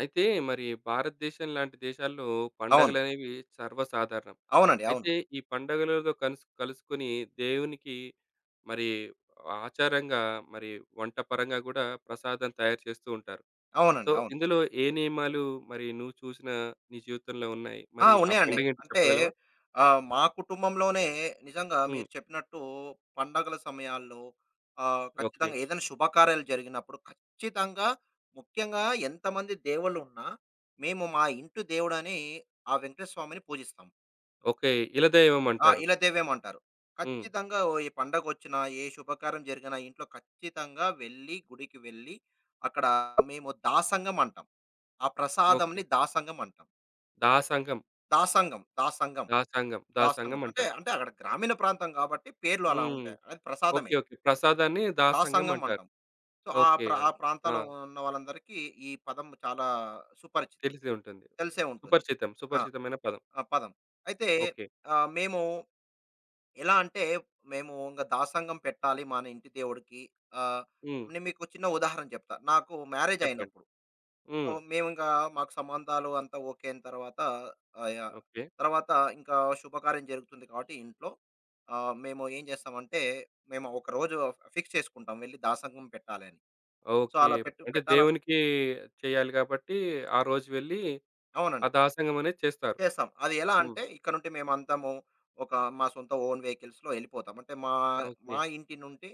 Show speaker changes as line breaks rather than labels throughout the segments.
అయితే మరి భారతదేశం లాంటి దేశాల్లో
అవును.
పండగలనేవి సర్వసాధారణం.
అవునండి. అవును.
అయితే ఈ పండగలలో కలుసుకొని దేవునికి మరి ఆచారంగా మరి వంట పరంగా కూడా ప్రసాదం తయారు చేస్తూ ఉంటారు.
అవునండి.
సో,
అవును.
ఇందులో ఏ నియమాలు మరి నువ్వు చూసిన నీ జీవితంలో ఉన్నాయి?
ఆ!
మరి ఆ
ఉన్నాయండి.
పండుగేంటో
అంటే
చెప్పగలవా?
మా కుటుంబంలోనే నిజంగా
హ్మ్.
మీరు చెప్పినట్టు పండగల సమయాల్లో
ఓకే.
ఖచ్చితంగా ఏదైనా శుభకార్యాలు జరిగినప్పుడు ఖచ్చితంగా ముఖ్యంగా ఎంతమంది దేవుళ్ళున్నా మేము మా ఇంటి దేవుడని ఆ వెంకటేశ్వర స్వామిని పూజిస్తాం.
ఓకే. ఇలదైవం
ఆ!
అంటారు.
ఇలదైవం అంటారు.
హ్మ్.
ఖచ్చితంగా ఏ పండగొచ్చినా, ఏ శుభకార్యం జరిగినా ఇంట్లో ఖచ్చితంగా గుడికి వెళ్లి అక్కడ మేము దాసంగం అంటాం. ఆ
ఓకే.
ప్రసాదంని దాసంగం అంటాం.
దాసంగం.
దాసంగం. దాసంగం.
దాసంగం.
దాసంగం.
దాసంగం
అంటే,
అంటారు.
అంటే అక్కడ గ్రామీణ ప్రాంతం కాబట్టి పేర్లు అలా
హ్మ్.
ఉంటాయి. అది
ఓకే.
ప్రసాదమే.
ఓకే. ప్రసాదాన్ని దాసంగం
దాసంగం
అంటారు.
అంటాం. So,
okay.
ఆ
ఆ!
ప్రాంతాల్లో ఉన్న వాళ్ళందరికీ ఈ పదం చాలా సుపరిచితం.
తెలిసి ఉంటుంది.
తెలిసే ఉంటుంది.
సుపరిచితం.
ఆ!
సుపరిచితమైన పదం.
ఆ పదం. అయితే
ఓకే.
మేము ఎలా అంటే, మేము ఇంగ దాసంగం పెట్టాలి మన ఇంటి దేవుడికి. ఆహ్,
హ్మ్.
నేను మీకు చిన్న ఉదాహరణ చెప్తా. నాకు మ్యారేజ్
చెప్పండి.
అయినప్పుడు సో,
హ్మ్.
మేమింకా మాకు సంబంధాలు అంతా ఓకే అయిన తర్వాత ఆహ్, యాహ్!
ఓకే.
తర్వాత ఇంకా శుభకార్యం జరుగుతుంది కాబట్టి ఇంట్లో మేము ఏం చేస్తామంటే, మేము ఒకరోజు ఫిక్స్ చేసుకుంటాం వెళ్లి దాసంగం పెట్టాలని. So,
okay.
అలా పెట్టు
అంటే
పెట్టాలని
దేవునికి చేయాలి కాబట్టి, ఆ రోజు వెళ్లి ఆ
అవునండి.
దాసంగం అనేది చేస్తారు.
చేస్తాం. అది ఎలా
హ్మ్.
అంటే ఇక్కడ నుండి మేమంతాము ఒక మా సొంత ఓన్ వెహికల్స్‌లో ఎళ్ళిపోతాం. అంటే మా
ఓకే.
మా ఇంటి నుండి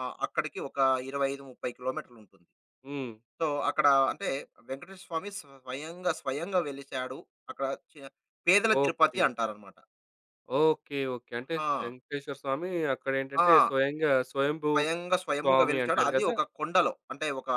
అక్కడికి ఒక 25, 30 కిలోమీటర్లుంటుంది.
హ్మ్.
సో, అక్కడ అంటే వెంకటేశ్వర స్వామి స్వయంగా, స్వయంగా వెలిశాడు. అక్కడ చి పేదల తిరుపతి
ఓకే.
అంటారనమాట.
ఓకే. ఓకే. అంటే
ఆ!
వెంకటేశ్వర స్వామి అక్కడేంటంటే
ఆ!
స్వయంగా స్వయంభూ
స్వయంగా స్వయంభూగా
స్వామి
వెలిచాడు.
అంటారు
అది
కదా!
ఒక కొండలో. అంటే ఒక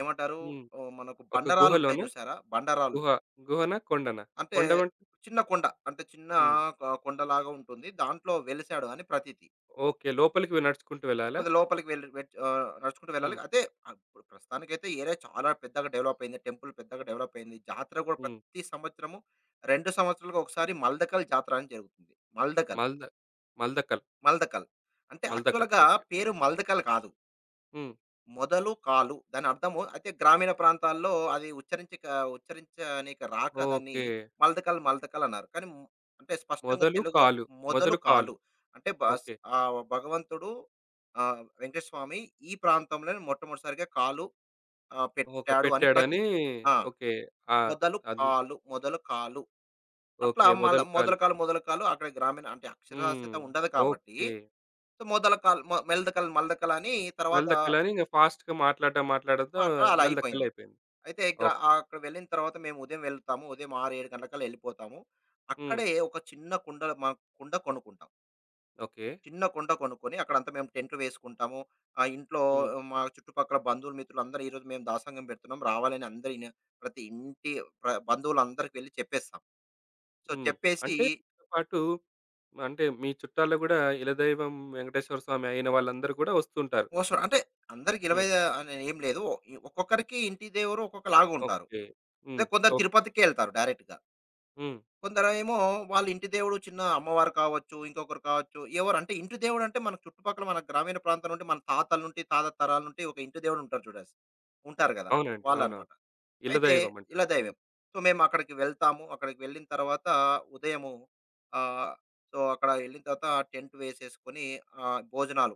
ఏమంటారు?
హ్మ్.
ఓహ్, మనకు
ఒక
బండరాళ్ళుంటాయి
గుహలోనా?
చూసారా? బండరాళ్ళు.
గుహ గుహనా? కొండనా?
అంటే
కొండ అంటే
చిన్న కొండ. అంటే చిన్న
హ్మ్.
కొండలాగా ఉంటుంది. దాంట్లో వెలిశాడు అని ప్రతీతి.
ఓకే. లోపలికి నడుచుకుంటూ వెళ్ళాలా?
కొద్ది లోపలికి నడుచుకుంటూ వెళ్ళాలి.
హ్మ్.
అదే ఆ, ఇప్పుడు ప్రస్తుతానికైతే ఏరియా చాలా పెద్దగా డెవలప్ అయింది. టెంపుల్ పెద్దగా డెవలప్ అయింది. జాతర కూడా
హ్మ్.
ప్రతి సంవత్సరము 2 సంవత్సరాలకు ఒకసారి మల్దకల్ జాతర అని జరుగుతుంది. మల్దకల్,
మల్ద మల్దకల్.
మల్దకల్. అంటే
మల్దకల్.
యాక్చువల్‌గా
ఓకే.
పేరు మల్దకల్ కాదు.
హ్మ్.
మొదలు కాలు దాని అర్థము. అయితే గ్రామీణ ప్రాంతాల్లో అది ఉచ్చరించక ఉచ్చరించనీకి రాక దాన్ని
ఓకే.
మలదకల్ మలదకల్ అన్నారు. కానీ అంటే స్పష్టంగా
మొదలు
తెలుగులో
కాలు.
మొదలు
మొదలు
కాలు.
కాలు.
అంటే బస్
ఓకే.
భగవంతుడు, వెంకటేశ్వర స్వామి ఈ ప్రాంతంలోనే మొట్టమొదటిసారిగా కాలు
ఓకే.
పెట్టాడు అని
పెట్టాడని
ప్రతీతి. ఆ!
ఓకే. ఆ!
మొదలు
అది.
కాలు, మొదలు కాలు. అట్లా
ఓకే. మొదలు కాలు.
మొదల కాలు, మొదల కాలు. అక్కడ గ్రామీణ అంటే
హ్మ్.
అక్షరాస్యత ఉండదు కాబట్టి,
ఓకే.
సో, మొదల కాలు మెలదకల్, మలదకల్ అని తర్వాత
మల్దకల్ అని ఇంగ ఫాస్ట్‌గా మాట్లాడడంతో
మాట అలా
మల్దకల్
అయిపోయింది.
అయిపోయింది.
అయితే
ఓకే.
అక్కడ వెళ్ళిన తర్వాత మేము ఉదయం వెళ్తాము. ఉదయం 6, 7 గంటలకల్లా వెళ్ళిపోతాము.
హ్మ్.
అక్కడే ఒక చిన్న కుండలో మా కుండ కొనుక్కుంటాం.
ఓకే.
చిన్న కుండ కొనుక్కొని అక్కడంతా మేము టెంట్లు వేసుకుంటాము. ఇంట్లో
హ్మ్.
ఆ, మా చుట్టుపక్కల బంధువులు, మిత్రులు అందరూ ఈరోజు మేము దాసంగం పెడుతున్నాం, రావాలని అందరి ఇన ప్రతి ఇంటి ప్ర బంధువులందరికి వెళ్లి చెప్పేస్తాం. సో,
హ్మ్.
చెప్పేసి
అంటే మీతో పాటు అంటే మీ చుట్టాల్లో గూడా ఇలదైవం వెంకటేశ్వర స్వామి అయిన వాళ్ళందరూ గూడా వస్తుంటారు.
మోస్ట్‌లీ అంటే అందరికి 20
హ్మ్.
అనేం లేదు. ఒక్కొక్కరికి ఇంటి దేవురు ఒక్కొక్కలాగుంటారు.
ఓకే. హ్మ్.
అదే కొందరు
ఓహ్!
తిరుపతికే ఎళ్తారు డైరెక్ట్‌గా.
హ్మ్.
కొందరేమో వాళ్ళ ఇంటి దేవుడు చిన్న అమ్మవారు కావచ్చు, ఇంకొకరు కావచ్చు. ఎవరు అంటే ఇంటి దేవుడు అంటే మన చుట్టుపక్కల మన గ్రామీణ ప్రాంతం నుండి మన తాతల నుండి, తాత తరాల నుండి ఒక ఇంటి దేవుడు ఉంటారు గదా!
అవునండి.
వాళ్ళనమాట.
అవునవును.
అయితే
ఇల్లదైవం
ఇళ్ళ
అంటారు. హ్మ్.
దైవం. సో, మేమక్కడికి వెళ్తాము. అక్కడికి వెళ్ళిన తర్వాత ఉదయము ఆహ్, సో, అక్కడ వెళ్ళిన తర్వాత టెంట్ వేసేసుకొని భోజనాలు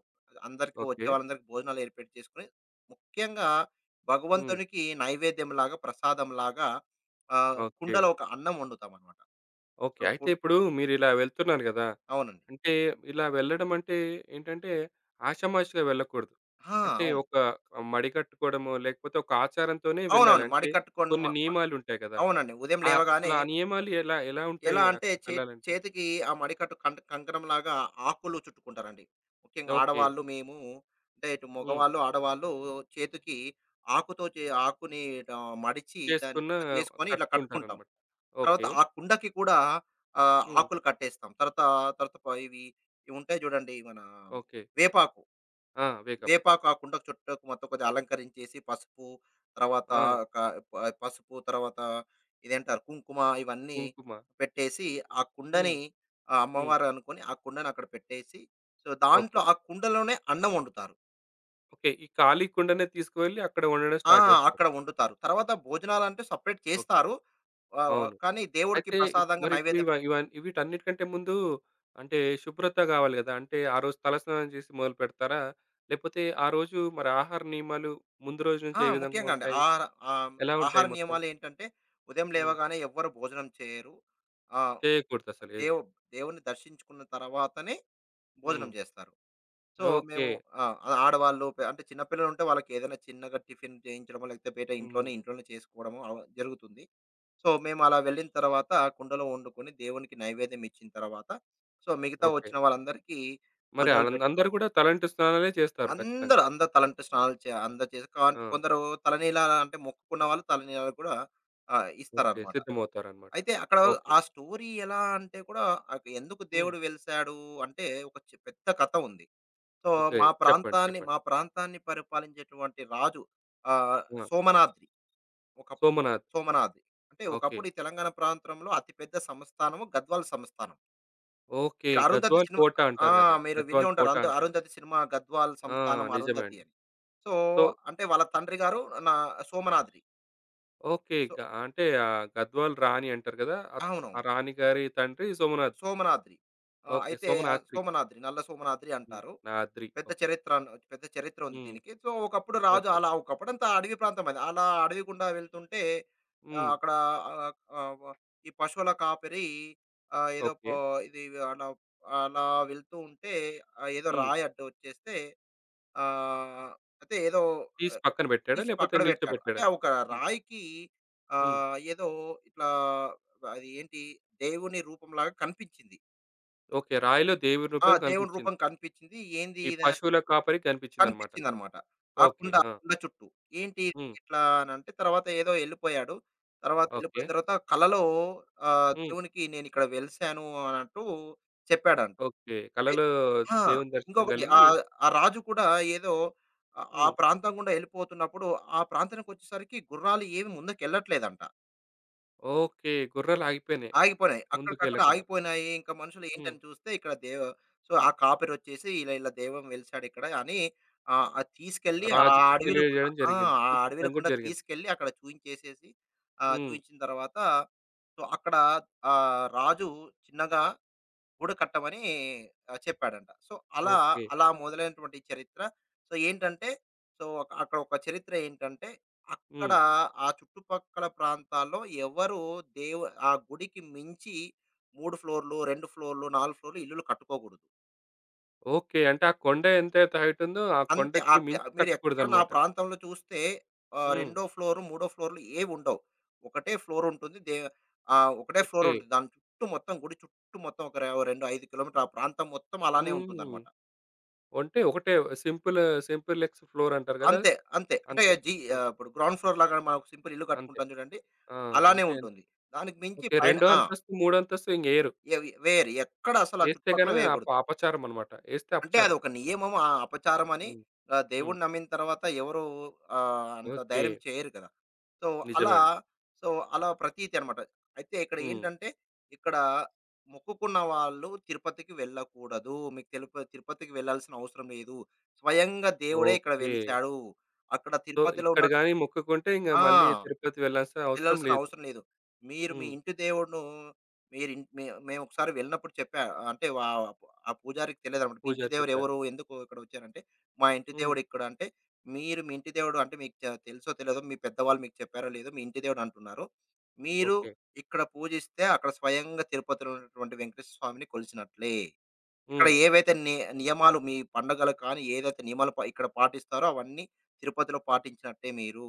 అందరికి వచ్చే
ఓకే.
వాళ్ళందరికీ భోజనాలు ఏర్పాటు చేసుకొని, ముఖ్యంగా
హ్మ్.
భగవంతునికి నైవేద్యంలాగా, ప్రసాదంలాగా
ఓకే.
కుండలో ఒక అన్నం వండుతామనమాట.
ఓకే.
సో,
అయితే
కుడ్
ఇప్పుడు మీరిలా వెళ్తున్నారు గదా!
అవునండి.
అంటే ఇలా వెళ్ళడం అంటే ఏంటంటే ఆషామాషీగా వెళ్ళకూడదు.
ఆ!
అంటే
అవును.
ఒక మడికట్టుకోవడమో, లేకపోతే ఒక ఆచారంతోనే వెళ్ళాలి.
అవునవును.
అంటే
మడికట్టుకొని మ
కొన్ని
మ
నియమాలుంటాయి గదా!
అవునండి. ఉదయం లేవగానే
అసలు ఆ నియమాలు ఎలా ఎలా
ఎలా
ఉంటాయి
అంటే
అక్కడికెళ్ళాలంటే?
చేతికి ఆ మడికట్టు కంకణంలాగా ఆకులు చుట్టుకుంటారండి. ముఖ్యంగా
ఓకే.
ఆడవాళ్ళు మేము అంటే ఇటు
హ్మ్.
మగవాళ్ళు, ఆడవాళ్ళు చేతికి ఆకుతో చే ఆకుని మడిచి దాన్ని
చేసుకున్న
చేసుకొని ఇట్లా కట్టుకుంటాం.
కట్టుకుంటారనమాట.
తర్వాత
ఓకే.
ఆ కుండకి కూడా
హ్మ్.
ఆకులు కట్టేస్తాం. తర్వాత తర్వాత ప ఇవి ఇవి ఉంటాయి చూడండి మన
ఓకే.
వేపాకు.
ఆ! వేగవాకు.
వేపాకు ఆ కుండకు చుట్టూ మొత్తం కొద్దిగా అలంకరించేసి పసుపు, తర్వాత
ఆ!
ఒక ప పసుపు తర్వాత ఇదేంటారు కుంకుమ ఇవన్నీ
కుంకుమ.
పెట్టేసి, ఆ కుండని
హ్మ్. హ్మ్.
అమ్మవారు అనుకోని ఆ కుండని అక్కడ పెట్టేసి, సో, దాంట్లో
ఓకే.
ఆ కుండలోనే అన్నం వండుతారు.
ఓకే. ఈ ఖాళీ కుండనే తీసుకువెళ్ళి అక్కడ వండడం
ఆ!
స్టార్ట్ చేస్తారు.
అక్కడ వండుతారు. తర్వాత భోజనాలంటే సెపరేట్
ఓకే.
చేస్తారు. ఆహ్,
అవును.
కానీ దేవుడికి
అయితే
ప్రసాదంగా
మరిప్పుడు
నైవేద్యం
ఇవ
పె
ఇవ వీటన్నిటికంటే ముందు అంటే శుభ్రత గావాలి గదా! అంటే ఆ రోజు తలస్నానం చేసి మొదలుపెడతారా? లేపోతే ఆ రోజు మరి ఆహార నియమాలు ముందు రోజు నుంచి
ఆ!
ఏ విధంగా
ముఖ్యంగా అండి.
ఉంటాయి?
ఆహ్,
ఎలా
ఆహార
ఉంటాయి మొత్తం?
నియమాలేంటంటే ఉదయం
హ్మ్.
లేవగానే ఎవ్వరు భోజనం చేయరు. ఆ!
చేయకూడదసలు ఏది.
దేవు దేవుడిని దర్శించుకున్న తర్వాతనే భోజనం
హ్మ్.
చేస్తారు. So,
okay.
మేము ఆ! ఆడవాళ్ళు అంటే చిన్న పిల్లలుంటే వాళ్ళకేదైనా చిన్నగా టిఫిన్ చేయించడమో, లేకపోతే బయట
హ్మ్.
ఇంట్లోనే ఇంట్లోనే చేసుకోవడమో జరుగుతుంది. సో, మేము అలా వెళ్ళిన తర్వాత కుండలో వండుకొని దేవునికి నైవేద్యం ఇచ్చిన తర్వాత, సో, మిగతా
ఓకే.
వచ్చిన వాళ్ళందరికీ
మరి
భోజనాలు పెట్టి,
అందరూ గూడా తలంటు స్నానాలే చేస్తారు ఖచ్చితంగా.
అందరూ అందరూ తలంటు స్నానాలు చే అందరూ చేసి
ఆ!
కొందరు తలనీలా అంటే మొక్కుకున్న వాళ్ళు తలనీలాలు కూడా
ఓకే.
ఇస్తారనమాట.
సిద్ధమవుతారనమాట.
అయితే అక్కడ
ఓకే.
ఆ స్టోరీ ఎలా అంటే కూడా, ఎందుకు
హ్మ్.
దేవుడు వెలిసాడు అంటే ఒక పెద్ద కథ ఉంది. So,
okay. చెప్పండి. చెప్పండి.
మా ప్రాంతాన్ని పరిపాలించేటువంటి రాజు ఆహ్,
ఆ!
సోమనాద్రి. ఒకప్పుడు
సోమనాథ్.
సోమనాద్రి. అంటే
ఓకే.
ఒకప్పుడు ఈ తెలంగాణ ప్రాంతంలో అతిపెద్ద సంస్థానము గద్వాల్ సంస్థానం.
ఓకే.
మీరు అరుంధతి
గద్వాల్
సినిమా
కోట
ఆ!
అంటారు గదా!
మీరు వినే
గద్వాల్
ఉంటారు.
కోట అంటారు. కదా.
అరుంధతి సినిమా గద్వాల్
ఆ!
సంస్థానం
నిజమే
అరుంధతి
అండి.
అని. సో,
సో,
అంటే వాళ్ళ తండ్రి గారు నా సోమనాద్రి.
ఓకే.
సో
అంటే గద్వాల్ రాణి అంటారు గదా! ఆ
అవునవును.
రాణి గారి తండ్రి సోమనాథ్.
సోమనాద్రి.
ఓకే.
అయితే ఆ
సోమనాద్రి.
సోమనాద్రి నల్ల సోమనాద్రి
హ్మ్.
అంటారు.
నాద్రి. ఓకే.
పెద్ద చరిత్ర ఉంది
హ్మ్.
దీనికి. సో, ఒకప్పుడు రాజు
ఓకే.
అలా ఒకప్పుడంతా అడవి ప్రాంతం అది. అలా అడవి గుండా వెళ్తుంటే
హ్మ్.
అక్కడ ఆహ్, ఆహ్, వ ఈ పశువుల కాపరి ఆహ్, ఏదో
ఓకే.
పో ఇది అలా అలా వెళ్తూ ఉంటే ఏదో
హ్మ్.
రాయి అడ్డొచ్చేస్తే, ఆహ్, అయితే ఏదో
తీసి
ఆహ్,
పక్కన బెట్టాడా?
తీసి
లేపోతే
పక్కన పెట్టాడు. అంటే
నిల్చోబెట్టాడా?
ఆ ఒక
హ్మ్.
రాయికి
హ్మ్.
ఏదో ఇట్లా అది ఏంటి దేవుని రూపంలాగా కనిపించింది.
ఓకే. రాయిలో దేవుడి
ఆ!
రూపం
దేవుని రూపం
కనిపిచ్చింది.
కనిపించింది. ఏంది
ఈ
ఇది
పశువుల కాపరికి కనిపిచ్చిందన్నమాట.
కనిపించిందనమాట.
ఓకే.
ఆ
ఆ!
కుండ చుట్టూ. ఏంటి
హ్మ్.
ఇట్లా అనంటే తర్వాత ఏదో ఎళ్ళిపోయాడు. తర్వాత
ఓకే.
ఎళ్ళిపోయిన తర్వాత కలలో
హ్మ్.
దేవునికి నేనిక్కడ వెలిసాను అనంటూ చెప్పాడంట.
ఓకే.
అయి
కలలో
ఆ!
దేవుని దర్శనం
ఇంకొకటి
గలిగి
ఆ రాజు కూడా ఏదో ఆ
హ్మ్.
ప్రాంతం గుండా ఎళ్ళిపోతున్నప్పుడు, ఆ ప్రాంతానికొచ్చేసరికి గుర్రాలు ఏవి ముందుకెళ్ళట్లేదంట.
ఓకే. గుర్రాలాగిపోయినాయి.
ఆగిపోయినాయి. అక్కడికక్కడ
ముందుకెళ్ళకుండా.
ఆగిపోయినాయి. ఇంకా మనుషులు
హ్మ్.
ఏంటని చూస్తే ఇక్కడ సో, ఆ కాపరొచ్చేసి ఇలా ఇలా దైవం వెలిసాడిక్కడ అని అది తీసుకెళ్ళి ఆ
రాజుకి
అడవిలో గుండా
తెలియజేయడం
ఆ!
జరిగింది.
ఆ అడవిలో
చూపించడం గూడా
గుండా
జరిగింది.
తీసుకెళ్ళి అక్కడ చూయించేసేసి,
హ్మ్.
చూయించిన తర్వాత సో, అక్కడ రాజు చిన్నగా గూడు కట్టమని చెప్పాడంట. సో, అలా,
ఓకే.
అలా మొదలైనటువంటి చరిత్ర. సో, ఏంటంటే సో, అక్కడ ఒక చరిత్ర ఏంటంటే, అక్కడ
హ్మ్.
ఆ చుట్టుపక్కల ప్రాంతాల్లో ఎవరు దేవు ఆ గుడికి మించి 3 ఫ్లోర్‌లు, 2 ఫ్లోర్‌లు, 4 ఫ్లోర్‌లు ఇల్లులు కట్టుకోకూడదు.
ఓకే. అంటే ఆ కొండ ఎంతైతే హైట్ ఉందో, ఆ
అంతే
కొండకి మించి
మీరెక్కడ నా
కట్టకూడదనమాట.
ప్రాంతంలో చూస్తే
హ్మ్.
రెండో ఫ్లోర్, మూడో ఫ్లోర్‌లు ఏవుండవు. ఒకటే ఫ్లోర్ ఉంటుంది. ఒకటే ఫ్లోర్
ఓకే.
ఉంటుంది. దాని చుట్టూ మొత్తం గుడి చుట్టూ మొత్తం ఒక 2, 5 కిలోమీటర్ల ఆ ప్రాంతం మొత్తం అలానే
హ్మ్.
ఉంటుందన్నమాట.
అంటే ఒకటే సింపుల్, సింపులెక్స్ ఫ్లోర్ అంటారు గదా!
అంతే. అంతే. అంటే
అంతే. ఓకే.
ఇప్పుడు గ్రౌండ్ ఫ్లోర్ లాగా మనం ఒక సింపుల్ ఇల్లు
అంతే.
కట్టుకుంటాం చూడండి.
ఆ!
అలానే
అంతే. అంతే.
ఉంటుంది. దానికి మించి
ఓకే.
పైన
రెండో
ఆ!
అంతస్తు, మూడో అంతస్తు ఇంగేయరు.
ఎవి వేయరు. ఎక్కడ అసలు ఆ
ఏస్తే
చుట్టుపక్కల
గనక
వేయకూడదు.
అపచారం అనమాట. ఏస్తే
అంటే అది
అపచారం.
ఒక నియమం, ఆ అపచారం అని
హ్మ్. హ్మ్.
దేవుడిని నమ్మిన తర్వాత ఎవరు అంత
ఓకే.
ధైర్యం చేయరు కదా! సో, అలా
నిజమే అండి.
సో, అలా ప్రతీతి అనమాట. అయితే ఇక్కడ
హ్మ్.
ఏంటంటే, ఇక్కడ మొక్కుకున్న వాళ్ళు తిరుపతికి వెళ్ళకూడదు. మీకు తిరుపతికి వెళ్ళాల్సిన అవసరం లేదు. స్వయంగా దేవుడే ఇక్కడ
ఓకే.
వెలిసాడు. అక్కడ
సో,
తిరుపతిలో
ఇక్కడ
ఉన్న
గాని మొక్కుకుంటే ఇంగ
ఆ!
మళ్ళీ తిరుపతి వెళ్ళాల్సిన అవసరం
వెళ్ళాల్సిన
లేదు.
అవసరం లేదు. మీరు మీ
హ్మ్.
ఇంటి దేవుడును మీరిన్ మే మేమొకసారి వెళ్ళినప్పుడు చెప్పా. అంటే వా ఆ పూజారికి తెలియదనమాట. "మీ ఇంటి
పూజారి
దేవుడు
చెప్పారు.
ఎవరు? ఎందుకు ఇక్కడొచ్చారంటే" "మా ఇంటి
హ్మ్.
దేవుడు ఇక్కడ" అంటే, "మీరు మీ ఇంటి దేవుడు అంటే మీకు తెలుసో తెలియదో మీ పెద్దవాళ్ళు మీకు చెప్పారో లేదో మీ ఇంటి దేవుడు అంటున్నారు. మీరు
ఓకే.
ఇక్కడ పూజిస్తే అక్కడ స్వయంగా తిరుపతిలో ఉన్నటువంటి వెంకటేశ్వర స్వామిని కొలిచినట్లే. ఇక్కడ
హ్మ్.
ఏవైతే నియమాలు మీ పండగలకు కానీ ఏదైతే నియమాలు ఇక్కడ పాటిస్తారో అవన్నీ తిరుపతిలో పాటించినట్టే మీరు."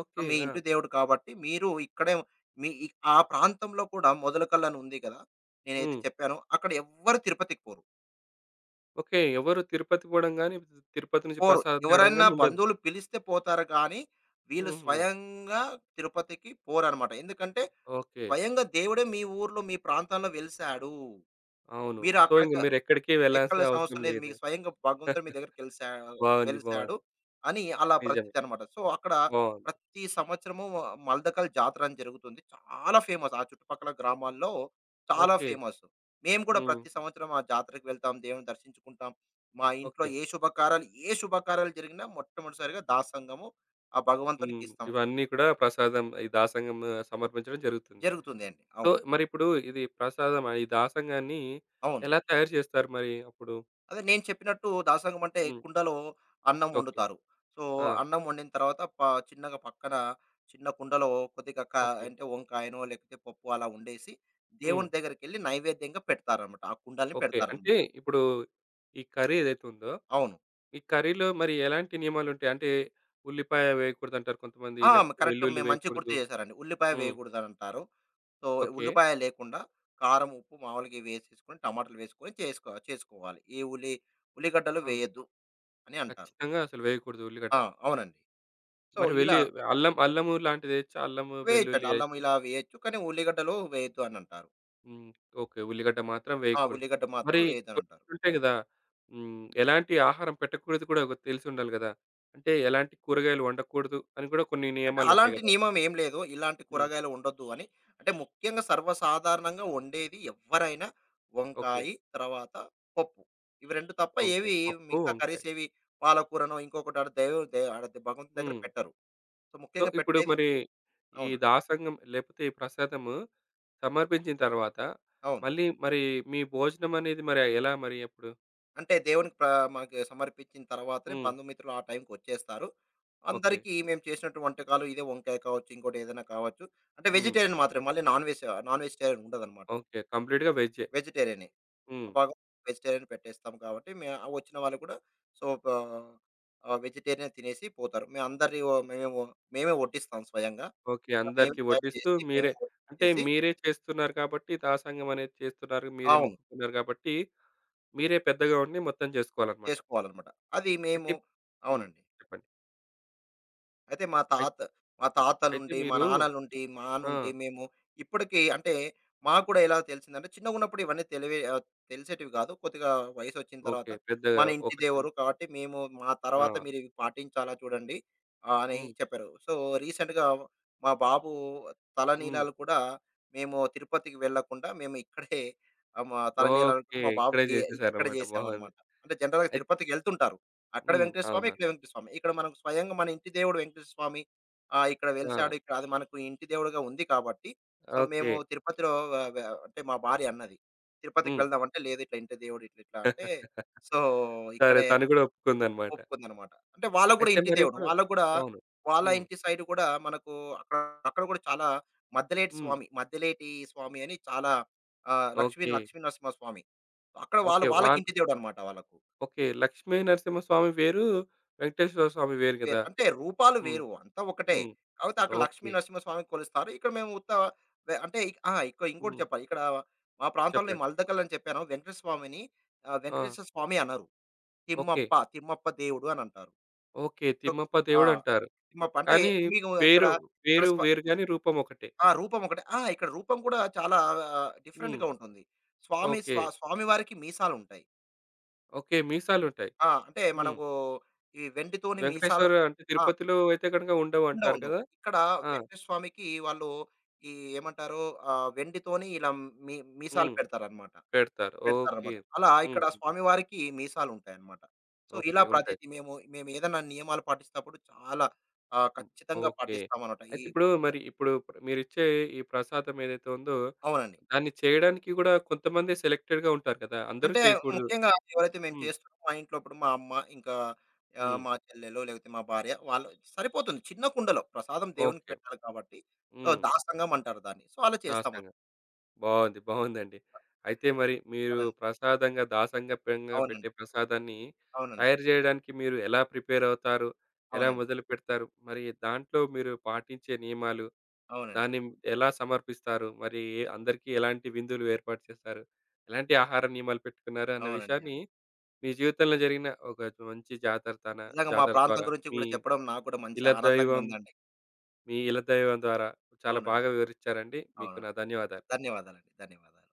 ఓకే.
మీ
ఆ!
ఇంటి దేవుడు కాబట్టి మీరు ఇక్కడే మీ ఇ ఆ ప్రాంతంలో కూడా మొదలకల్లు అని ఉంది కదా! నేనైతే
హ్మ్.
చెప్పానో అక్కడ ఎవ్వరు తిరుపతికి పోరు.
ఓకే. ఎవరు తిరుపతి పోవడం గాని, తిరుపతి నుంచి
పోరు.
ప్రసాదం తేవడం
ఎవరైనా
గాని ఉండదు.
బంధువులు పిలిస్తే పోతారు గానీ, వీళ్ళు
హుహు.
స్వయంగా తిరుపతికి పోరనమాట. ఎందుకంటే,
ఓకే.
స్వయంగా దేవుడే మీ ఊర్లో, మీ ప్రాంతంలో వెలిసాడు.
అవును.
మీరు
సో, ఇంక
అక్కడిక
మీరెక్కడికి వెళ్ళాల్సిన
ఎక్కలేసిన
అవసరం
అవసరం లేదు.
లేదు.
మీకు స్వయంగా భగవంతుడు మీ దగ్గరికి
బావుంది.
వెలిసాడు
బావుంది.
అని అలా
నిజమే.
ప్రతీతి అనమాట. సో, అక్కడ
బావుంది.
ప్రతి సంవత్సరము మల్దకల్ జాతర అని జరుగుతుంది. చాలా ఫేమస్. ఆ చుట్టుపక్కల గ్రామాల్లో చాలా
ఓకే.
ఫేమస్. మేము కూడా
హ్మ్.
ప్రతి సంవత్సరం ఆ జాతరకి వెళ్తాం. దేవుని దర్శించుకుంటాం. మా ఇంట్లో
ఓకే.
ఏ శుభకార్యాలు జరిగినా మొట్టమొదటిసారిగా దాసంగము ఆ
హ్మ్.
భగవంతుడికిస్తాం.
ఇవన్నీ కూడా ప్రసాదం ఈ దాసంగం ఆ, సమర్పించడం జరుగుతుంది.
జరుగుతుంది అండి.
సో,
అవును.
మరిప్పుడు ఇది ప్రసాదం ఈ దాసంగాన్ని
అవును.
ఎలా తయారు చేస్తారు మరి అప్పుడు?
అదే నేను చెప్పినట్టు దాసంగం అంటే
హ్మ్.
కుండలో అన్నం
ఓకే.
వండుతారు. సో,
ఆ!
అన్నం వండిన తర్వాత చిన్నగా పక్కన చిన్న కుండలో కొద్దిగా
ఓకే.
అంటే వంకాయనో, లేకపోతే పప్పు అలా వండేసి
హ్మ్.
దేవుని దగ్గరికెళ్ళి నైవేద్యంగా పెడతారనమాట. ఆ కుండల్ని
ఓకే. అంటే
పెడతారనమాట.
ఇప్పుడు ఈ కర్రీ ఏదైతే ఉందో,
అవును.
ఈ కర్రీలో మరి ఎలాంటి నియమాలుంటాయి? అంటే ఉల్లిపాయ వేయకూడదంటారు కొంతమంది.
ఆ!
లేకపోతే
కరెక్ట్
వెల్లుల్లి
మంచిగా గుర్తు
వేయకూడదు.
చేశారండి. ఉల్లిపాయ
హ్మ్.
వేయకూడదనంటారు. So,
okay.
ఉల్లిపాయ లేకుండా కారం, ఉప్పు మామూలుగా ఇవి వేసేసుకొని, టమాటాలు వేసుకొని చేసుకోవాలి. ఈ ఉల్లి ఉల్లిగడ్డలు
ఆ!
వేయొద్దు అని అంటారు.
ఖచ్చితంగా అసలు వేయకూడదు ఉల్లిగడ్డ.
ఆ! అవునండి. సో,
మరి
ఇలా
వెల్లి అల్లం అల్లము లాంటిదేయొచ్చా? అల్లము,
వేయచ్చండి.
వెల్లుల్లి
అల్లం
ఏయొచ్చా?
ఇలా వేయొచ్చు. కానీ ఉల్లిగడ్డలు వేయొద్దు అనంటారు.
హ్మ్. ఓకే. ఉల్లిగడ్డ మాత్రం
ఆ!
వేయకూడదు.
ఉల్లిగడ్డ మాత్రం
మరి
వేయొద్దనంటారు.
కొన్నుంటాయి గదా! హ్మ్. ఎలాంటి ఆహారం పెట్టకూడదు కూడా తెలిసుండాలి గదా! అంటే ఎలాంటి కూరగాయలు వండకూడదు అని కూడా కొన్ని
అంటే
నియమాలుంటాయి
అలాంటి
గదా!
నియమం ఏం లేదు, ఇలాంటి
హ్మ్.
కూరగాయలు ఉండొద్దు అని. అంటే ముఖ్యంగా సర్వసాధారణంగా వండేది ఎవ్వరైనా
ఓకే.
వంకాయి, తర్వాత పప్పు. ఇవి 2 తప్ప
వంకాయ.
ఏవి
పప్పు,
మిగతా
వంకాయ.
కర్రీస్ ఏవి పాలకూరనో ఇంకొకటి ఆడ దైవం దే ఆడ భగవంతుని దగ్గర
హ్మ్.
పెట్టరు. సో,
సో,
ముఖ్యంగా
ఇప్పుడు
పెట్టేది
మరి ఈ
అవును.
దాసంగం లేకపోతే ఈ ప్రసాదము సమర్పించిన తర్వాత
అవును.
మళ్ళీ మరి మీ భోజనం అనేది మరి ఎలా మరి అప్పుడు?
అంటే దేవునికి మనకి సమర్పించిన తర్వాతనే
హ్మ్.
బంధుమిత్రులు ఆ టైంకొచ్చేస్తారు.
ఓకే.
అందరికీ మేము చేసినట్టు వంటకాలు ఇదే వంకాయ కావచ్చు, ఇంకోటి ఏదైనా కావచ్చు. అంటే
హ్మ్.
వెజిటేరియన్ మాత్రమే. మళ్ళీ నాన్ వెజ్, నాన్ వెజిటేరియన్ ఉండదనమాట.
ఓకే. కంప్లీట్‌గా వెజ్జే.
వెజిటేరియనే. ఆ
హ్మ్.
భాగం వెజిటేరియన్ పెట్టేస్తాం కాబట్టి, వచ్చిన వాళ్ళు కూడా సో, ప వెజిటేరియనే తినేసి పోతారు. మేము అందరి వ మేము మేమే వడ్డిస్తాం స్వయంగా.
ఓకే.
మేమే
అందరికి
తయారు
వడ్డిస్తూ
చేసి,
మీరే
మేమే
అంటే
వడ్డించేసి
మీరే చేస్తున్నారు కాబట్టి దాసంగం అనేది చేస్తున్నారు. మీరే
అవును.
మొక్కుకున్నారు కాబట్టి మీరే పెద్దగా ఉండి మొత్తం జేసుకోవాలన్నమాట.
చేసుకోవాలనమాట. అది మేము
అయితే హ్మ్.
అవునండి.
చెప్పండి.
అయితే
అయి
మా తాతల
అయితే
నుండి, మా
మీరు
నాన్నల నుండి, మా
ఆ!
నుండి మేము ఇప్పటికి. అంటే మాకు కూడా ఎలా తెలిసిందంటే చిన్నగున్నప్పుడు ఇవన్నీ తెలిసేటివి కాదు. కొద్దిగా వయసొచ్చిన తర్వాత
ఓకే. పెద్దగా
మన ఇంటి
ఒకటి
దేవుడు కాబట్టి మేము మా తర్వాత
ఆ!
మీరివి పాటించాలా చూడండి అని
హ్మ్.
చెప్పారు. సో, రీసెంట్‌గా మా బాబు
హ్మ్.
తలనీలాలు కూడా మేము తిరుపతికి వెళ్ళకుండా మేము ఇక్కడే, మా తలనీలాలు కూడా
ఓకే.
మా
ఇక్కడే
బాబుకి ఇక్కడే
జేసేసారన్నమాట. బాగుంది.
చేసామనమాట. అంటే జనరల్‌గా
అయిత్
తిరుపతికి వెళ్తుంటారు. అక్కడ
హ్మ్.
వెంకటేశ్వర స్వామి,
అవునా?
ఇక్కడ వెంకటేశ్వర స్వామి. ఇక్కడ మనకు స్వయంగా మన ఇంటి దేవుడు వెంకటేశ్వర స్వామి ఇక్కడ
ఆ!
వెలిసాడు. ఇక్కడ అది మనకు ఇంటి దేవుడుగా ఉంది కాబట్టి, సో,
ఓకే.
మేము తిరుపతిలో వ వ అంటే మా భార్య అన్నది. తిరుపతికి
హ్మ్.
వెళ్దాం అంటే, లేదు ఇట్లా ఇంటి దేవుడు ఇట్లా ఇట్లా అంటే, సో,
సరే.
ఇక్కడే
తను గూడా ఒప్పుకుందన్నమాట.
ఒప్పుకుందనమాట. అంటే వాళ్ళకి కూడా
అయితే
ఇంటి దేవుడు.
మరిప్పుడు
వాళ్ళకి కూడా
అవును.
వాళ్ళ
హ్మ్.
ఇంటి సైడ్ కూడా మనకు అక్కడ, అక్కడ కూడా చాలా
హ్మ్.
మద్దిలేటి స్వామి అని చాలా ఆహ్, లక్ష్మీ
ఓకే.
లక్ష్మీ నరసింహ స్వామి. అక్కడ వాళ్ళు
ఓకే.
వాళ్ళకి
వాళ్ళ
ఇంటి దేవుడనమాట వాళ్ళకు.
ఓకే. 'లక్ష్మీ నరసింహస్వామి' వేరు, 'వెంకటేశ్వర స్వామి' వేరు
వేరు.
గదా!
అంటే రూపాలు
హ్మ్.
వేరు. అంతా ఒకటే.
హ్మ్.
కాపోతే అక్కడ లక్ష్మీ
ఓకే.
నరసింహస్వామిని కొలుస్తారు. ఇక్కడ మేము ఉత్త వె అంటే ఆ! ఇక ఇంకోటి
హ్మ్.
చెప్పాలి. ఇక్కడ మా ప్రాంతంలో
చెప్పండి.
మల్దకల్ అని చెప్పాను. వెంకటేశ్వర స్వామిని
ఆ!
వెంకటేశ్వర స్వామి అనరు.
ఓకే.
తిమ్మప్ప దేవుడు అని అంటారు.
ఓకే.
సో
తిమ్మప్ప
ఆ!
దేవుడంటారు.
తిమ్మప్ప అంటే
కానీ
మీకు ఇక్కడ
పేరు,
ఇక్కడ
పేరు
స్ప
వేరు గాని రూపం ఒకటే.
ఆ! రూపం ఒకటే. ఆ! ఇక్కడ రూపం కూడా చాలా
హ్మ్.
డిఫరెంట్‌గా ఉంటుంది.
ఓకే.
స్వామి వారికి మీసాలుంటాయి.
ఓకే. మీసాలుంటాయి.
ఆ! అంటే
హ్మ్.
మనకు ఈ వెండితోని మీసాలు.
వెంకటేశ్వర అంటే
ఆ!
తిరుపతిలో అయితే గనుక
ఉండవు.
ఉండవంటారు
ఉండవు.
కదా!
ఇక్కడ
ఆ!
వెంకటేశ్వర స్వామికి వాళ్ళు ఈ ఏమంటారు వెండితోని ఇలా మీ మీసాలు
హ్మ్.
పెడతారన్నమాట.
పెడతారు. ఓకే.
పెడతారన్నమాట. అలా
హ్మ్.
ఇక్కడ స్వామివారికి మీసాలుంటాయన్నమాట. So,
okay.
ఇలా
ఉంటాయి.
ప్రతీది మేమేదన్నా నియమాలు పాటిస్తేప్పుడు చాలా
హ్మ్.
ఖచ్చితంగా
ఓకే.
పాటిస్తామనమాట. ఈ
అయితే ఇప్పుడు మరి ఇప్పుడు మీరిచ్చే ఈ ప్రసాదం ఏదైతే ఉందో,
అవునండి.
దాన్ని చేయడానికి గూడా కొంతమంది సెలెక్టెడ్‌గా ఉంటారు కదా! అందరూ
అంటే
చేయకూడదు.
ముఖ్యంగా ఎవరైతే మేము
హ్మ్.
చేస్తున్నామో మా ఇంట్లో ఇప్పుడు మా అమ్మ ఇంకా
హ్మ్.
మా చెల్లెలో లేకపోతే మా భార్య వాళ్ళు సరిపోతుంది. చిన్న కుండలో ప్రసాదం దేవునికి
ఓకే.
పెట్టాలి కాబట్టి. సో,
హ్మ్.
దాసంగం అంటారు దాన్ని. సో, అలా చేస్తామనమాట.
దాసంగా. బావుంది. బావుందండి. అయితే మరి మీరు
అవునండి.
ప్రసాదంగా దాసంగా పెట్టే
అవునండి.
ప్రసాదాన్ని
అవునండి.
తయారు జేయడానికి మీరు ఎలా ప్రిపేరవుతారు? ఎలా
అవునండి.
మొదలుపెడతారు? మరి దాంట్లో మీరు పాటించే నియమాలు,
అవునండి.
దాన్ని ఎలా సమర్పిస్తారు? అందరికీ ఎలాంటి విందులు ఏర్పాటు చేస్తారు? ఎలాంటి ఆహార నియమాలు పెట్టుకున్నారు? అన్న
అవునండి.
విషయాన్ని
అవును.
మీ జీవితంలో జరిగిన ఒక మంచి జాతర తన
నిజంగా మా
జాతర
ప్రాంతం
ద్వారా
గురించి
మీ
కూడా చెప్పడం నాకు కూడా మంచి
ఇల
ఆనందంగా
దైవం
ఉందండి.
ద్వారా చాలా
అవునండి.
బాగా వివరిచ్చారండి. మీకు
అవునండి.
నా ధన్యవాదాలు.
ధన్యవాదాలండి. ధన్యవాదాలు.